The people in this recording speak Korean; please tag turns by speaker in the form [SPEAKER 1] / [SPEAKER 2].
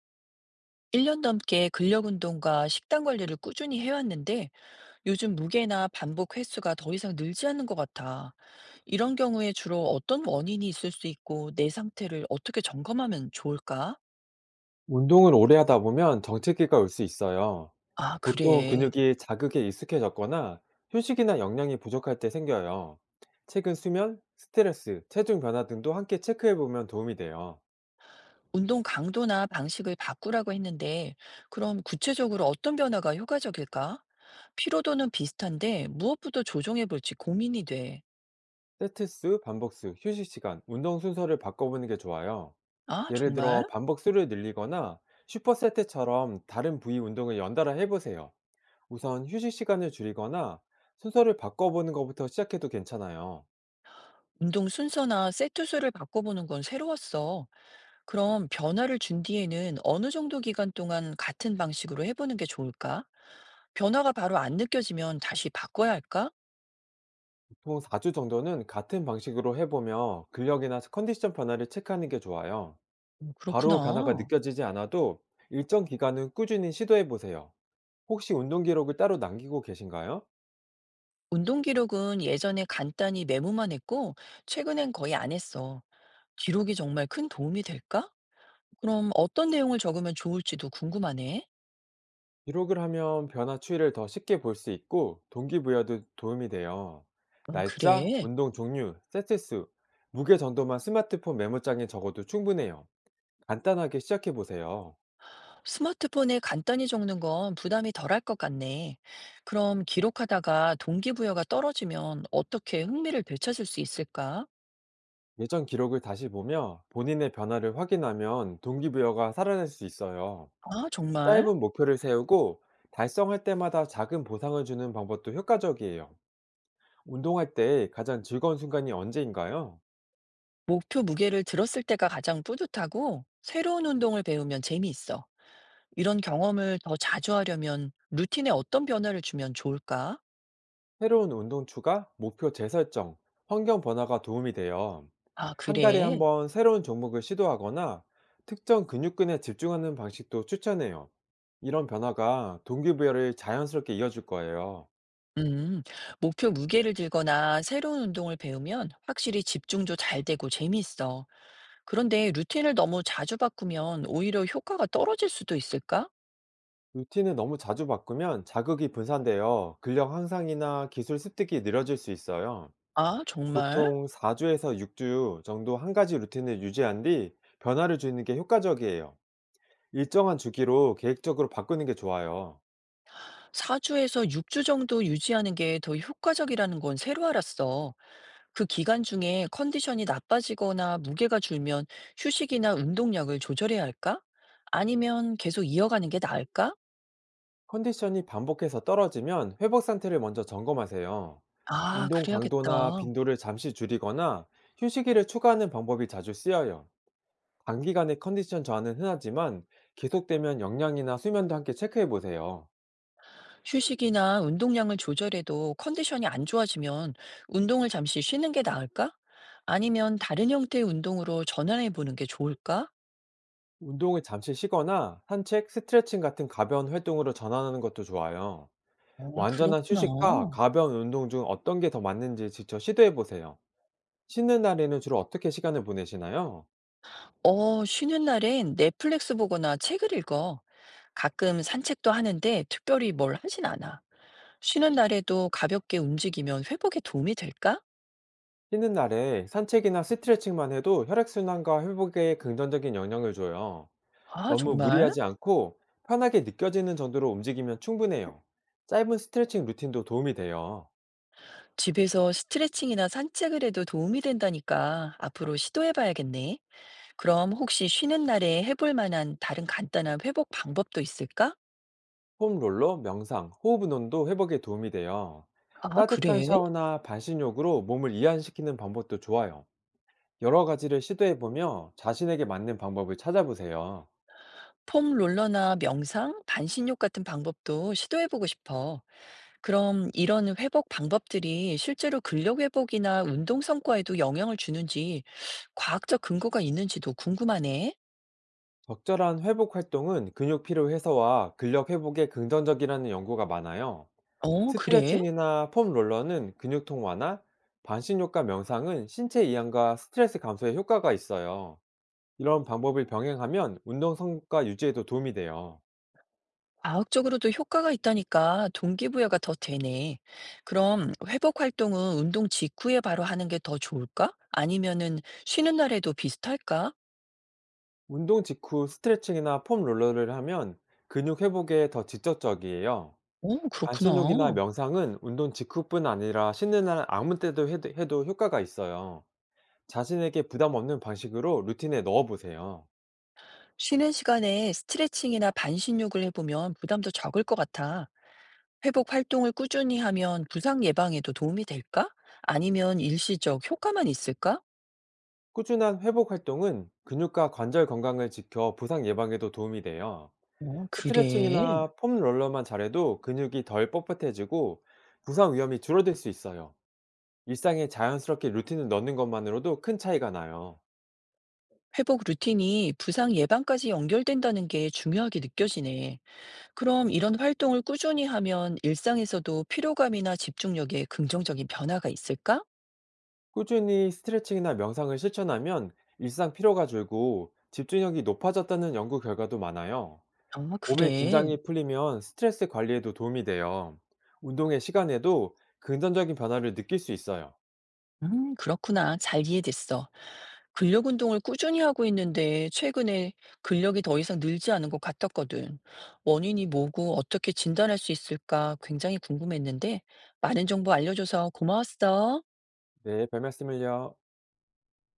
[SPEAKER 1] 1년 넘게 근력 운동과 식단 관리를 꾸준히 해왔는데 요즘 무게나 반복 횟수가 더 이상 늘지 않는 것 같아. 이런 경우에 주로 어떤 원인이 있을 수 있고 내 상태를 어떻게 점검하면 좋을까?
[SPEAKER 2] 운동을 오래 하다 보면 정체기가 올 수 있어요.
[SPEAKER 1] 아,
[SPEAKER 2] 보통
[SPEAKER 1] 그래.
[SPEAKER 2] 근육이 자극에 익숙해졌거나 휴식이나 영양이 부족할 때 생겨요. 최근 수면, 스트레스, 체중 변화 등도 함께 체크해 보면 도움이 돼요.
[SPEAKER 1] 운동 강도나 방식을 바꾸라고 했는데 그럼 구체적으로 어떤 변화가 효과적일까? 피로도는 비슷한데 무엇부터 조정해 볼지 고민이 돼.
[SPEAKER 2] 세트 수, 반복 수, 휴식 시간, 운동 순서를 바꿔보는 게 좋아요.
[SPEAKER 1] 아,
[SPEAKER 2] 예를
[SPEAKER 1] 정말?
[SPEAKER 2] 들어 반복 수를 늘리거나 슈퍼 세트처럼 다른 부위 운동을 연달아 해보세요. 우선 휴식 시간을 줄이거나 순서를 바꿔보는 것부터 시작해도 괜찮아요.
[SPEAKER 1] 운동 순서나 세트 수를 바꿔보는 건 새로웠어. 그럼 변화를 준 뒤에는 어느 정도 기간 동안 같은 방식으로 해보는 게 좋을까? 변화가 바로 안 느껴지면 다시 바꿔야 할까?
[SPEAKER 2] 보통 4주 정도는 같은 방식으로 해보며 근력이나 컨디션 변화를 체크하는 게 좋아요.
[SPEAKER 1] 오,
[SPEAKER 2] 바로 변화가
[SPEAKER 1] 그렇구나.
[SPEAKER 2] 느껴지지 않아도 일정 기간은 꾸준히 시도해보세요. 혹시 운동 기록을 따로 남기고 계신가요?
[SPEAKER 1] 운동 기록은 예전에 간단히 메모만 했고, 최근엔 거의 안 했어. 기록이 정말 큰 도움이 될까? 그럼 어떤 내용을 적으면 좋을지도 궁금하네.
[SPEAKER 2] 기록을 하면 변화 추이를 더 쉽게 볼 수 있고 동기부여도 도움이 돼요. 날짜,
[SPEAKER 1] 그래.
[SPEAKER 2] 운동 종류, 세트 수, 무게 정도만 스마트폰 메모장에 적어도 충분해요. 간단하게 시작해보세요.
[SPEAKER 1] 스마트폰에 간단히 적는 건 부담이 덜할 것 같네. 그럼 기록하다가 동기부여가 떨어지면 어떻게 흥미를 되찾을 수 있을까?
[SPEAKER 2] 예전 기록을 다시 보며 본인의 변화를 확인하면 동기부여가 살아날 수 있어요.
[SPEAKER 1] 아, 정말?
[SPEAKER 2] 짧은 목표를 세우고 달성할 때마다 작은 보상을 주는 방법도 효과적이에요. 운동할 때 가장 즐거운 순간이 언제인가요?
[SPEAKER 1] 목표 무게를 들었을 때가 가장 뿌듯하고 새로운 운동을 배우면 재미있어. 이런 경험을 더 자주 하려면 루틴에 어떤 변화를 주면 좋을까?
[SPEAKER 2] 새로운 운동 추가, 목표 재설정, 환경 변화가 도움이 돼요.
[SPEAKER 1] 아,
[SPEAKER 2] 한 달에 한
[SPEAKER 1] 그래.
[SPEAKER 2] 번 새로운 종목을 시도하거나 특정 근육근에 집중하는 방식도 추천해요. 이런 변화가 동기부여를 자연스럽게 이어줄 거예요.
[SPEAKER 1] 음, 목표 무게를 들거나 새로운 운동을 배우면 확실히 집중도 잘 되고 재미있어. 그런데 루틴을 너무 자주 바꾸면 오히려 효과가 떨어질 수도 있을까?
[SPEAKER 2] 루틴을 너무 자주 바꾸면 자극이 분산되어 근력 향상이나 기술 습득이 느려질 수 있어요.
[SPEAKER 1] 아, 정말?
[SPEAKER 2] 보통 4 주에서 6주 정도 한 가지 루틴을 유지한 뒤 변화를 주는 게 효과적이에요. 일정한 주기로 계획적으로 바꾸는 게 좋아요.
[SPEAKER 1] 4주에서 6주 정도 유지하는 게 더 효과적이라는 건 새로 알았어. 그 기간 중에 컨디션이 나빠지거나 무게가 줄면 휴식이나 운동량을 조절해야 할까? 아니면 계속 이어가는 게 나을까?
[SPEAKER 2] 컨디션이 반복해서 떨어지면 회복 상태를 먼저 점검하세요.
[SPEAKER 1] 아,
[SPEAKER 2] 운동
[SPEAKER 1] 그래야겠다.
[SPEAKER 2] 강도나 빈도를 잠시 줄이거나 휴식일을 추가하는 방법이 자주 쓰여요. 단기간의 컨디션 저하는 흔하지만 계속되면 영양이나 수면도 함께 체크해 보세요.
[SPEAKER 1] 휴식이나 운동량을 조절해도 컨디션이 안 좋아지면 운동을 잠시 쉬는 게 나을까? 아니면 다른 형태의 운동으로 전환해 보는 게 좋을까?
[SPEAKER 2] 운동을 잠시 쉬거나 산책, 스트레칭 같은 가벼운 활동으로 전환하는 것도 좋아요.
[SPEAKER 1] 아,
[SPEAKER 2] 완전한
[SPEAKER 1] 그렇구나.
[SPEAKER 2] 휴식과 가벼운 운동 중 어떤 게 더 맞는지 직접 시도해 보세요. 쉬는 날에는 주로 어떻게 시간을 보내시나요?
[SPEAKER 1] 어, 쉬는 날엔 넷플릭스 보거나 책을 읽어. 가끔 산책도 하는데 특별히 뭘 하진 않아. 쉬는 날에도 가볍게 움직이면 회복에 도움이 될까?
[SPEAKER 2] 쉬는 날에 산책이나 스트레칭만 해도 혈액순환과 회복에 긍정적인 영향을 줘요.
[SPEAKER 1] 아,
[SPEAKER 2] 너무
[SPEAKER 1] 정말?
[SPEAKER 2] 무리하지 않고 편하게 느껴지는 정도로 움직이면 충분해요. 짧은 스트레칭 루틴도 도움이 돼요.
[SPEAKER 1] 집에서 스트레칭이나 산책을 해도 도움이 된다니까 앞으로 시도해봐야겠네. 그럼 혹시 쉬는 날에 해볼 만한 다른 간단한 회복 방법도 있을까?
[SPEAKER 2] 폼롤러, 명상, 호흡 운동도 회복에 도움이 돼요.
[SPEAKER 1] 아,
[SPEAKER 2] 따뜻한
[SPEAKER 1] 그래.
[SPEAKER 2] 샤워나 반신욕으로 몸을 이완시키는 방법도 좋아요. 여러 가지를 시도해보며 자신에게 맞는 방법을 찾아보세요.
[SPEAKER 1] 폼 롤러나 명상, 반신욕 같은 방법도 시도해보고 싶어. 그럼 이런 회복 방법들이 실제로 근력 회복이나 운동 성과에도 영향을 주는지 과학적 근거가 있는지도 궁금하네.
[SPEAKER 2] 적절한 회복 활동은 근육 피로 해소와 근력 회복에 긍정적이라는 연구가 많아요.
[SPEAKER 1] 어, 그래?
[SPEAKER 2] 스트레칭이나 폼 롤러는 근육통 완화, 반신욕과 명상은 신체 이완과 스트레스 감소에 효과가 있어요. 이런 방법을 병행하면 운동 성과 유지에도 도움이 돼요.
[SPEAKER 1] 과학적으로도 효과가 있다니까 동기부여가 더 되네. 그럼 회복 활동은 운동 직후에 바로 하는 게 더 좋을까? 아니면은 쉬는 날에도 비슷할까?
[SPEAKER 2] 운동 직후 스트레칭이나 폼 롤러를 하면 근육 회복에 더 직접적이에요.
[SPEAKER 1] 어,
[SPEAKER 2] 반신욕이나
[SPEAKER 1] 그렇구나.
[SPEAKER 2] 명상은 운동 직후뿐 아니라 쉬는 날 아무 때도 해도 효과가 있어요. 자신에게 부담 없는 방식으로 루틴에 넣어보세요.
[SPEAKER 1] 쉬는 시간에 스트레칭이나 반신욕을 해보면 부담도 적을 것 같아. 회복 활동을 꾸준히 하면 부상 예방에도 도움이 될까? 아니면 일시적 효과만 있을까?
[SPEAKER 2] 꾸준한 회복 활동은 근육과 관절 건강을 지켜 부상 예방에도 도움이 돼요.
[SPEAKER 1] 어, 그래.
[SPEAKER 2] 스트레칭이나 폼 롤러만 잘해도 근육이 덜 뻣뻣해지고 부상 위험이 줄어들 수 있어요. 일상에 자연스럽게 루틴을 넣는 것만으로도 큰 차이가 나요.
[SPEAKER 1] 회복 루틴이 부상 예방까지 연결된다는 게 중요하게 느껴지네. 그럼 이런 활동을 꾸준히 하면 일상에서도 피로감이나 집중력에 긍정적인 변화가 있을까?
[SPEAKER 2] 꾸준히 스트레칭이나 명상을 실천하면 일상 피로가 줄고 집중력이 높아졌다는 연구 결과도 많아요.
[SPEAKER 1] 아,
[SPEAKER 2] 몸의
[SPEAKER 1] 그래.
[SPEAKER 2] 긴장이 풀리면 스트레스 관리에도 도움이 돼요. 운동의 시간에도 긍정적인 변화를 느낄 수 있어요.
[SPEAKER 1] 그렇구나. 잘 이해됐어. 근력 운동을 꾸준히 하고 있는데 최근에 근력이 더 이상 늘지 않은 것 같았거든. 원인이 뭐고 어떻게 진단할 수 있을까 굉장히 궁금했는데 많은 정보 알려줘서 고마웠어.
[SPEAKER 2] 네, 별 말씀을요.